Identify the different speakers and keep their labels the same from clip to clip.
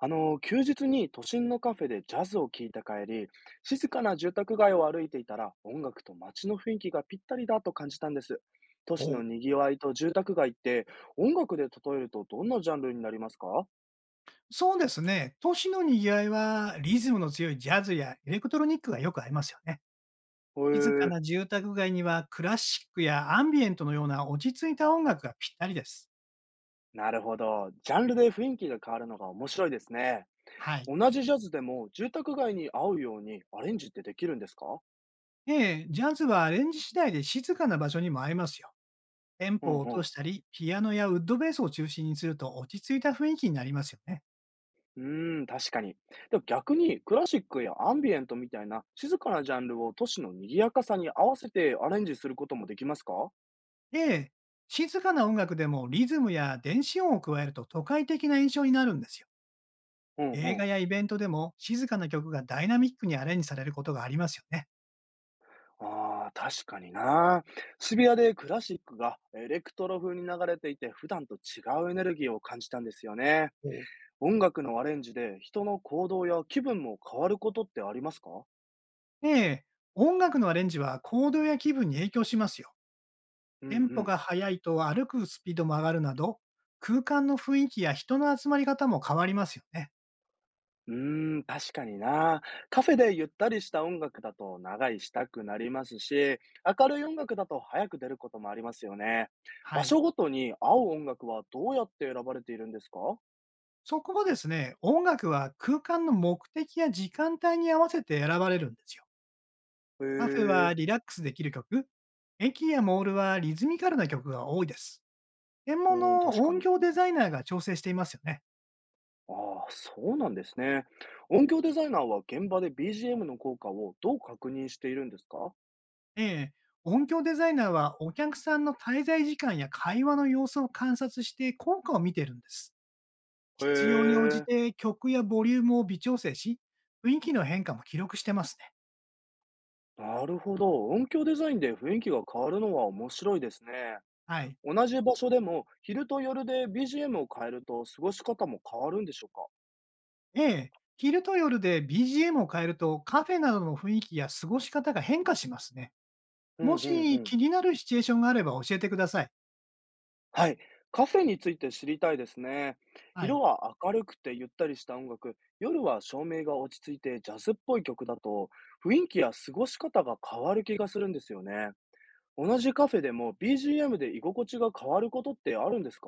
Speaker 1: 休日に都心のカフェでジャズを聴いた帰り、静かな住宅街を歩いていたら、音楽と街の雰囲気がぴったりだと感じたんです。都市
Speaker 2: お
Speaker 1: の
Speaker 2: う。
Speaker 1: 賑わいと住宅街って、音楽で例えるとどんなジャンルになりますか？
Speaker 2: そうですね。都市の賑わいは、リズムの強いジャズやエレクトロニックがよく合いますよね。
Speaker 1: へえ
Speaker 2: 静か
Speaker 1: ー、
Speaker 2: な住宅街には、クラシックやアンビエントのような落ち着いた音楽がぴったりです。
Speaker 1: なるほど。ジャンルで雰囲気が変わるのが面白いですね。
Speaker 2: はい。
Speaker 1: 同じジャズでも住宅街に合うようにアレンジってできるんですか？
Speaker 2: ええ、ジャズはアレンジ次第で静かな場所にも合いますよ。テン
Speaker 1: う
Speaker 2: ポ
Speaker 1: ん
Speaker 2: を落
Speaker 1: う
Speaker 2: と
Speaker 1: ん。
Speaker 2: したり、ピアノやウッドベースを中心にすると落ち着いた雰囲気になりますよね。
Speaker 1: 確かに。でも逆にクラシックやアンビエントみたいな静かなジャンルを都市の賑やかさに合わせてアレンジすることもできますか？
Speaker 2: ええ、静かな音楽でもリズムや電子音を加えると都会的な印象になるんですよ。
Speaker 1: うんう
Speaker 2: 映画
Speaker 1: ん。
Speaker 2: やイベントでも静かな曲がダイナミックにアレンジされることがありますよね。
Speaker 1: ああ、確かにな。渋谷でクラシックがエレクトロ風に流れていて普段と違うエネルギーを感じたんですよね。
Speaker 2: おう。
Speaker 1: 音楽のアレンジで人の行動や気分も変わることってありますか？
Speaker 2: ええ、音楽のアレンジは行動や気分に影響しますよ。
Speaker 1: うんう
Speaker 2: テンポ
Speaker 1: ん。
Speaker 2: が速いと歩くスピードも上がるなど、空間の雰囲気や人の集まり方も変わりますよね。
Speaker 1: 確かにな。カフェでゆったりした音楽だと長居したくなりますし、明るい音楽だと早く出ることもありますよね。
Speaker 2: は
Speaker 1: 場
Speaker 2: い。
Speaker 1: 所ごとに合う音楽はどうやって選ばれているんですか？
Speaker 2: そこもですね、音楽は空間の目的や時間帯に合わせて選ばれるんですよ。
Speaker 1: へ
Speaker 2: カフェ
Speaker 1: え、
Speaker 2: はリラックスできる曲、駅やモールはリズミカルな曲が多いです。専
Speaker 1: う
Speaker 2: 門
Speaker 1: ん、
Speaker 2: の
Speaker 1: 確か
Speaker 2: 音
Speaker 1: に。
Speaker 2: 響デザイナーが調整していますよね。
Speaker 1: ああ、そうなんですね。音響デザイナーは現場で BGM の効果をどう確認しているんですか？
Speaker 2: ええ、音響デザイナーはお客さんの滞在時間や会話の様子を観察して効果を見てるんです。
Speaker 1: へ
Speaker 2: 必要に応じ
Speaker 1: え、
Speaker 2: て曲やボリュームを微調整し、雰囲気の変化も記録してますね。
Speaker 1: なるほど。音響デザインで雰囲気が変わるのは面白いですね。
Speaker 2: はい。
Speaker 1: 同じ場所でも、昼と夜で BGM を変えると過ごし方も変わるんでしょうか？
Speaker 2: ええ、昼と夜で BGM を変えると、カフェなどの雰囲気や過ごし方が変化しますね。
Speaker 1: う
Speaker 2: も
Speaker 1: んうんう
Speaker 2: し
Speaker 1: ん。
Speaker 2: 気になるシチュエーションがあれば教えてください。
Speaker 1: はい。カフェについて知りたいですね。
Speaker 2: は
Speaker 1: 昼
Speaker 2: い。
Speaker 1: は明るくてゆったりした音楽、夜は照明が落ち着いてジャズっぽい曲だと、雰囲気や過ごし方が変わる気がするんですよね。同じカフェでも BGM で居心地が変わることってあるんですか？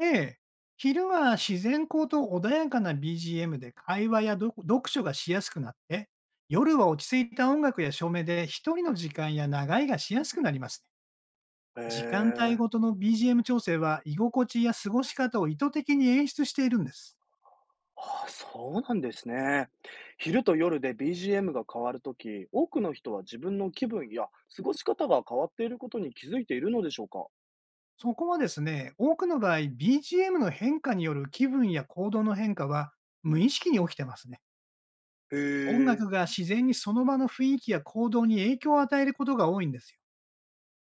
Speaker 2: ええ。昼は自然光と穏やかな BGM で会話や読読書がしやすくなって、夜は落ち着いた音楽や照明で一人の時間や長いがしやすくなりますね。
Speaker 1: へ
Speaker 2: 時間帯
Speaker 1: え。
Speaker 2: ごとの BGM 調整は、居心地や過ごし方を意図的に演出しているんです。
Speaker 1: ああ、そうなんですね。昼と夜で BGM が変わるとき、多くの人は自分の気分や過ごし方が変わっていることに気づいているのでしょうか？
Speaker 2: そこはですね、多くの場合 BGM の変化による気分や行動の変化は、無意識に起きてますね。
Speaker 1: へ
Speaker 2: 音
Speaker 1: え。
Speaker 2: 楽が自然にその場の雰囲気や行動に影響を与えることが多いんですよ。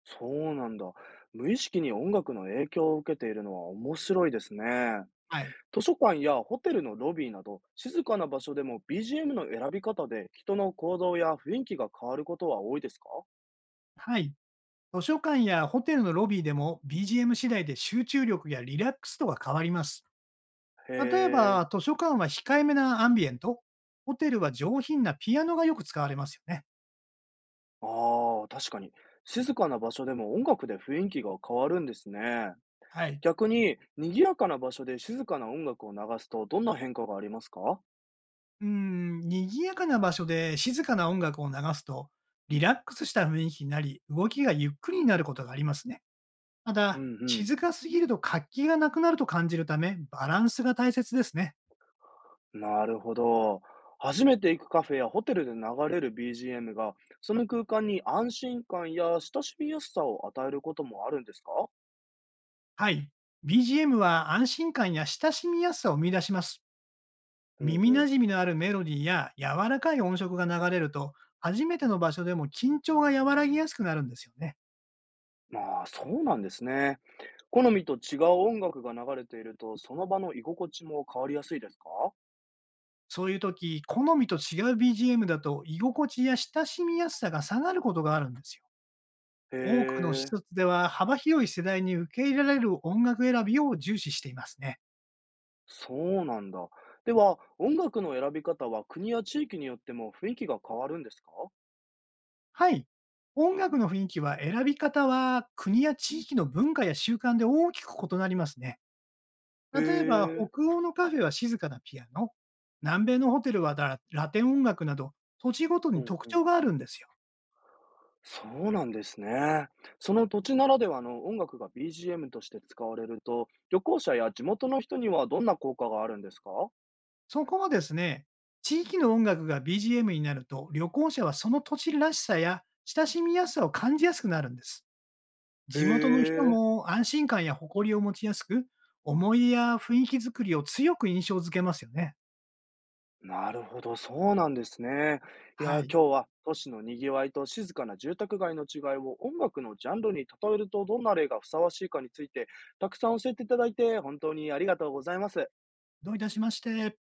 Speaker 1: そうなんだ。無意識に音楽の影響を受けているのは面白いですね。
Speaker 2: はい。
Speaker 1: 図書館やホテルのロビーなど、静かな場所でも BGM の選び方で人の行動や雰囲気が変わることは多いですか？
Speaker 2: はい。図書館やホテルのロビーでも BGM 次第で集中力やリラックス度が変わります。
Speaker 1: へ
Speaker 2: 例え
Speaker 1: え。
Speaker 2: ば、図書館は控えめなアンビエント、ホテルは上品なピアノがよく使われますよね。
Speaker 1: ああ、確かに。静かな場所でも音楽で雰囲気が変わるんですね。
Speaker 2: はい。
Speaker 1: 逆に、賑やかな場所で静かな音楽を流すと、どんな変化がありますか？
Speaker 2: うん、賑やかな場所で静かな音楽を流すと、リラックスした雰囲気になり、動きがゆっくりになることがありますね。た
Speaker 1: う
Speaker 2: だ、
Speaker 1: ん
Speaker 2: 静かすぎると活気がなくなると感じるため、バランスが大切ですね。
Speaker 1: うん。なるほど。初めて行くカフェやホテルで流れる BGM が、その空間に安心感や親しみやすさを与えることもあるんですか？
Speaker 2: はい。BGM は安心感や親しみやすさを生み出します。
Speaker 1: うん
Speaker 2: 耳
Speaker 1: う
Speaker 2: 馴
Speaker 1: ん。
Speaker 2: 染みのあるメロディーや柔らかい音色が流れると、初めての場所でも緊張が和らぎやすくなるんですよね。
Speaker 1: まあ、そうなんですね。好みと違う音楽が流れていると、その場の居心地も変わりやすいですか？
Speaker 2: そういう時、好みと違う BGM だと居心地や親しみやすさが下がることがあるんですよ。
Speaker 1: へ
Speaker 2: 多くの施
Speaker 1: え、
Speaker 2: 設では、幅広い世代に受け入れられる音楽選びを重視していますね。
Speaker 1: そうなんだ。では、音楽の選び方は国や地域によっても雰囲気が変わるんですか？
Speaker 2: はい。音楽の雰囲気は選び方は、国や地域の文化や習慣で大きく異なりますね。例えば、
Speaker 1: へえ、
Speaker 2: 北欧のカフェは静かなピアノ、南米のホテルはララテン音楽など、土地ごと
Speaker 1: う
Speaker 2: に
Speaker 1: ん
Speaker 2: 特
Speaker 1: うん。
Speaker 2: 徴があるんですよ。
Speaker 1: そうなんですね。その土地ならではの音楽が BGM として使われると、旅行者や地元の人にはどんな効果があるんですか？
Speaker 2: そこはですね、地域の音楽が BGM になると、旅行者はその土地らしさや親しみやすさを感じやすくなるんです。
Speaker 1: へ
Speaker 2: 地元の人
Speaker 1: え、
Speaker 2: も安心感や誇りを持ちやすく、思い出や雰囲気づくりを強く印象づけますよね。
Speaker 1: なるほど、そうなんですね。いや、
Speaker 2: は
Speaker 1: 今
Speaker 2: い。
Speaker 1: 日は都市のにぎわいと静かな住宅街の違いを音楽のジャンルに例えるとどんな例がふさわしいかについて、たくさん教えていただいて本当にありがとうございます。
Speaker 2: どういたしまして。